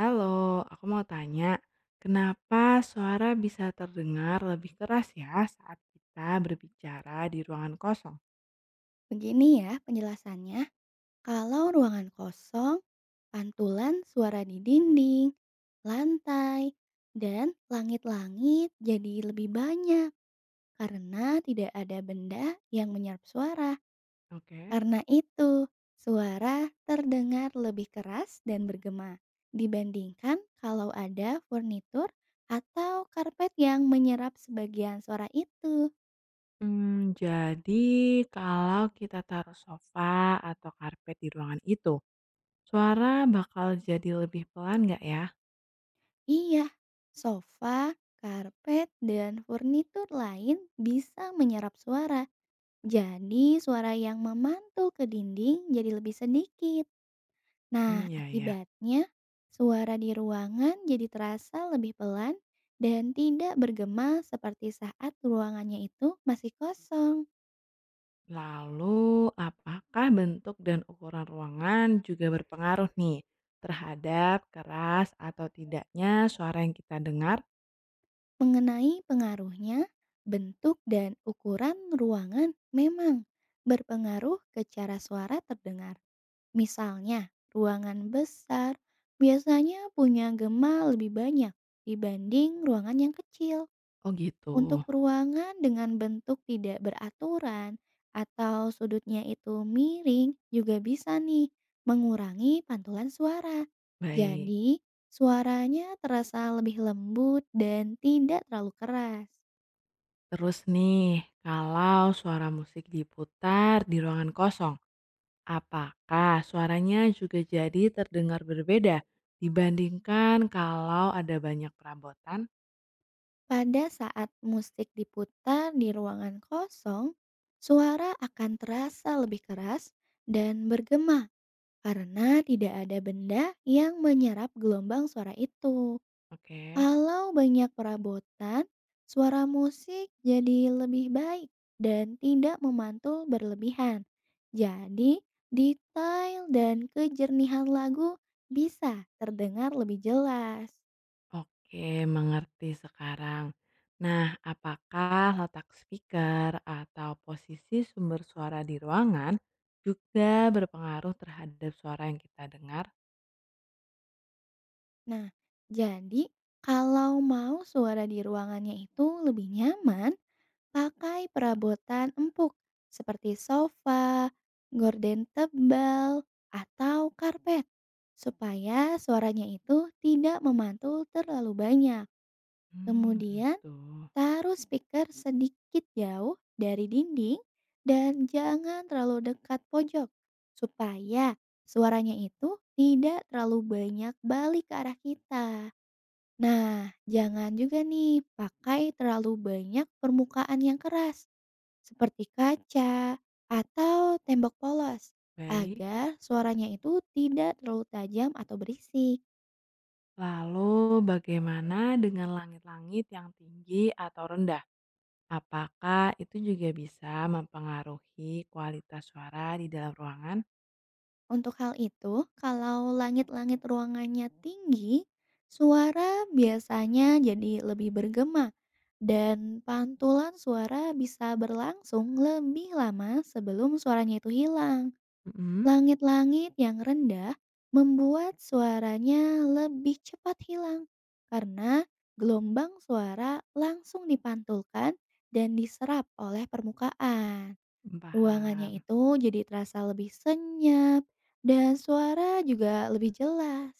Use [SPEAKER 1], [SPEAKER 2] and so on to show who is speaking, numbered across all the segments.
[SPEAKER 1] Halo, aku mau tanya, kenapa suara bisa terdengar lebih keras ya saat kita berbicara di ruangan kosong?
[SPEAKER 2] Begini ya penjelasannya, kalau ruangan kosong, pantulan suara di dinding, lantai, dan langit-langit jadi lebih banyak karena tidak ada benda yang menyerap suara.
[SPEAKER 1] Oke.
[SPEAKER 2] Karena itu, suara terdengar lebih keras dan bergema dibandingkan kalau ada furnitur atau karpet yang menyerap sebagian suara itu.
[SPEAKER 1] Hmm, jadi kalau kita taruh sofa atau karpet di ruangan itu, suara bakal jadi lebih pelan nggak ya?
[SPEAKER 2] Iya, sofa, karpet, dan furnitur lain bisa menyerap suara. Jadi suara yang memantul ke dinding jadi lebih sedikit. Nah,
[SPEAKER 1] Hmm, ya ya.
[SPEAKER 2] akibatnya suara di ruangan jadi terasa lebih pelan dan tidak bergema seperti saat ruangannya itu masih kosong.
[SPEAKER 1] Lalu, apakah bentuk dan ukuran ruangan juga berpengaruh nih terhadap keras atau tidaknya suara yang kita dengar?
[SPEAKER 2] Mengenai pengaruhnya, bentuk dan ukuran ruangan memang berpengaruh ke cara suara terdengar. Misalnya, ruangan besar biasanya punya gema lebih banyak dibanding ruangan yang kecil.
[SPEAKER 1] Oh gitu.
[SPEAKER 2] Untuk ruangan dengan bentuk tidak beraturan atau sudutnya itu miring juga bisa nih mengurangi pantulan suara.
[SPEAKER 1] Baik.
[SPEAKER 2] Jadi, suaranya terasa lebih lembut dan tidak terlalu keras.
[SPEAKER 1] Terus nih, kalau suara musik diputar di ruangan kosong, apakah suaranya juga jadi terdengar berbeda dibandingkan kalau ada banyak perabotan?
[SPEAKER 2] Pada saat musik diputar di ruangan kosong, suara akan terasa lebih keras dan bergema karena tidak ada benda yang menyerap gelombang suara itu.
[SPEAKER 1] Oke,
[SPEAKER 2] Kalau banyak perabotan, suara musik jadi lebih baik dan tidak memantul berlebihan. Jadi, detail dan kejernihan lagu bisa terdengar lebih jelas.
[SPEAKER 1] oke, mengerti sekarang. Nah, apakah letak speaker atau posisi sumber suara di ruangan juga berpengaruh terhadap suara yang kita dengar?
[SPEAKER 2] Nah, jadi kalau mau suara di ruangannya itu lebih nyaman, pakai perabotan empuk seperti sofa, gorden tebal, atau karpet supaya suaranya itu tidak memantul terlalu banyak.
[SPEAKER 1] Hmm,
[SPEAKER 2] Kemudian
[SPEAKER 1] gitu.
[SPEAKER 2] taruh speaker sedikit jauh dari dinding dan jangan terlalu dekat pojok supaya suaranya itu tidak terlalu banyak balik ke arah kita. Nah, jangan juga nih pakai terlalu banyak permukaan yang keras, seperti kaca atau tembok polos,
[SPEAKER 1] Baik.
[SPEAKER 2] agar suaranya itu tidak terlalu tajam atau berisik.
[SPEAKER 1] Lalu bagaimana dengan langit-langit yang tinggi atau rendah? Apakah itu juga bisa mempengaruhi kualitas suara di dalam ruangan?
[SPEAKER 2] Untuk hal itu, kalau langit-langit ruangannya tinggi, suara biasanya jadi lebih bergema dan pantulan suara bisa berlangsung lebih lama sebelum suaranya itu hilang.
[SPEAKER 1] Mm-mm.
[SPEAKER 2] Langit-langit yang rendah membuat suaranya lebih cepat hilang karena gelombang suara langsung dipantulkan dan diserap oleh permukaan. Ruangannya
[SPEAKER 1] Paham.
[SPEAKER 2] itu jadi terasa lebih senyap dan suara juga lebih jelas.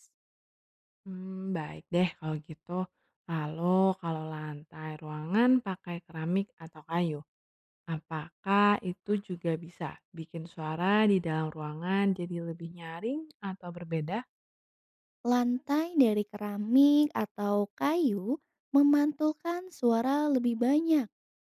[SPEAKER 1] Hmm, baik deh kalau gitu. Lalu kalau lantai ruangan pakai keramik atau kayu, apakah itu juga bisa bikin suara di dalam ruangan jadi lebih nyaring atau berbeda?
[SPEAKER 2] Lantai dari keramik atau kayu memantulkan suara lebih banyak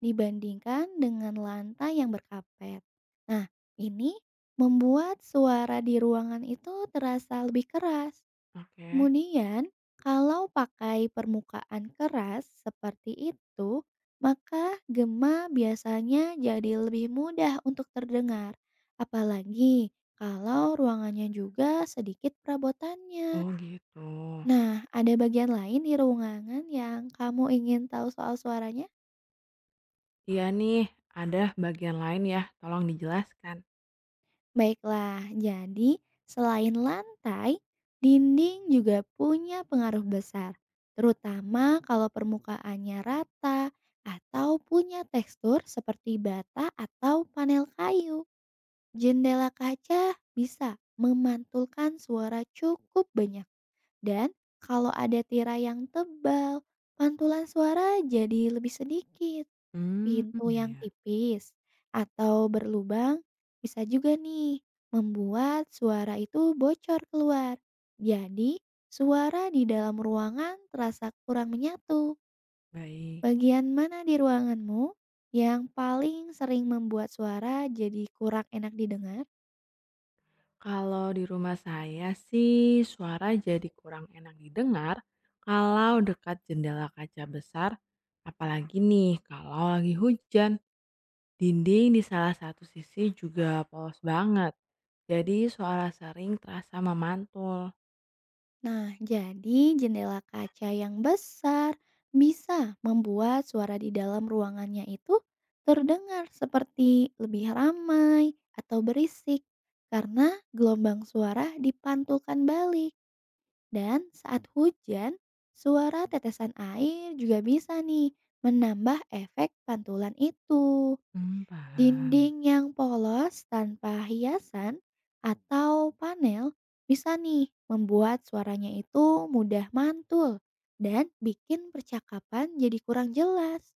[SPEAKER 2] dibandingkan dengan lantai yang berkapet. Nah, ini membuat suara di ruangan itu terasa lebih keras.
[SPEAKER 1] Oke.
[SPEAKER 2] Kemudian, kalau pakai permukaan keras seperti itu, maka gema biasanya jadi lebih mudah untuk terdengar. Apalagi kalau ruangannya juga sedikit perabotannya.
[SPEAKER 1] Oh gitu.
[SPEAKER 2] Nah, ada bagian lain di ruangan yang kamu ingin tahu soal suaranya?
[SPEAKER 1] Iya nih, ada bagian lain ya, tolong dijelaskan.
[SPEAKER 2] Baiklah, jadi selain lantai, dinding juga punya pengaruh besar, terutama kalau permukaannya rata atau punya tekstur seperti bata atau panel kayu. Jendela kaca bisa memantulkan suara cukup banyak dan kalau ada tirai yang tebal, pantulan suara jadi lebih sedikit.
[SPEAKER 1] Hmm,
[SPEAKER 2] Pintu
[SPEAKER 1] ya
[SPEAKER 2] yang
[SPEAKER 1] ya,
[SPEAKER 2] tipis atau berlubang bisa juga nih membuat suara itu bocor keluar. Jadi, suara di dalam ruangan terasa kurang menyatu.
[SPEAKER 1] baik.
[SPEAKER 2] Bagian mana di ruanganmu yang paling sering membuat suara jadi kurang enak didengar?
[SPEAKER 1] Kalau di rumah saya sih suara jadi kurang enak didengar kalau dekat jendela kaca besar, apalagi nih kalau lagi hujan. Dinding di salah satu sisi juga polos banget, jadi suara sering terasa memantul.
[SPEAKER 2] Nah, jadi jendela kaca yang besar bisa membuat suara di dalam ruangannya itu terdengar seperti lebih ramai atau berisik karena gelombang suara dipantulkan balik. Dan saat hujan, suara tetesan air juga bisa nih menambah efek pantulan itu.
[SPEAKER 1] Hmm, paham.
[SPEAKER 2] Dinding yang polos tanpa hiasan atau panel bisa nih membuat suaranya itu mudah mantul dan bikin percakapan jadi kurang jelas.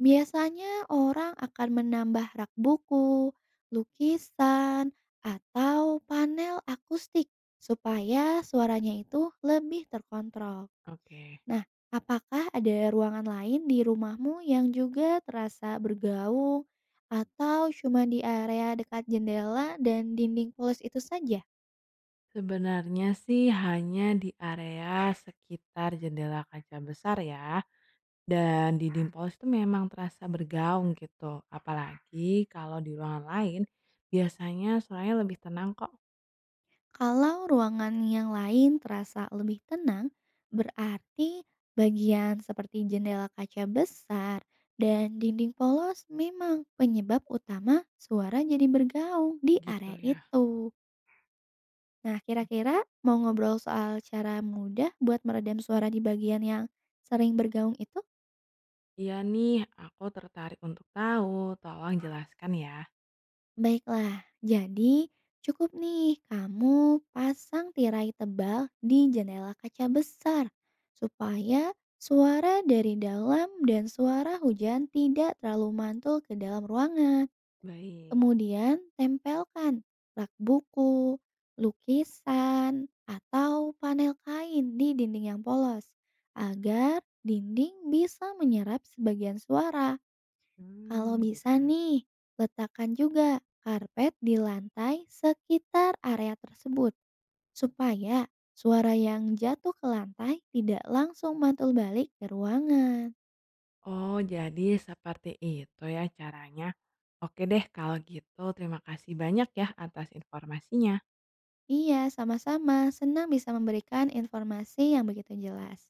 [SPEAKER 2] Biasanya orang akan menambah rak buku, lukisan, atau panel akustik supaya suaranya itu lebih terkontrol.
[SPEAKER 1] Oke.
[SPEAKER 2] Nah, apakah ada ruangan lain di rumahmu yang juga terasa bergaung atau cuma di area dekat jendela dan dinding polos itu saja?
[SPEAKER 1] Sebenarnya sih hanya di area sekitar jendela kaca besar ya, dan di dimples itu memang terasa bergaung gitu. Apalagi kalau di ruangan lain, biasanya suaranya lebih tenang kok
[SPEAKER 2] Kalau ruangan yang lain terasa lebih tenang, berarti bagian seperti jendela kaca besar dan dinding polos memang penyebab utama suara jadi bergaung di
[SPEAKER 1] gitu
[SPEAKER 2] area
[SPEAKER 1] ya.
[SPEAKER 2] itu. Nah, kira-kira mau ngobrol soal cara mudah buat meredam suara di bagian yang sering bergaung itu?
[SPEAKER 1] Iya nih, aku tertarik untuk tahu, tolong jelaskan ya.
[SPEAKER 2] Baiklah, jadi cukup nih kamu pasang tirai tebal di jendela kaca besar supaya suara dari dalam dan suara hujan tidak terlalu mantul ke dalam ruangan.
[SPEAKER 1] Baik,
[SPEAKER 2] Kemudian tempelkan rak buku, lukisan, atau panel kain di dinding yang polos agar dinding bisa menyerap sebagian suara. Kalau
[SPEAKER 1] hmm,
[SPEAKER 2] bisa
[SPEAKER 1] gitu.
[SPEAKER 2] nih, letakkan juga karpet di lantai sekitar area tersebut supaya suara yang jatuh ke lantai tidak langsung mantul balik ke ruangan.
[SPEAKER 1] Oh, jadi seperti itu ya caranya. Oke deh, kalau gitu terima kasih banyak ya atas informasinya.
[SPEAKER 2] Iya, sama-sama. Senang bisa memberikan informasi yang begitu jelas.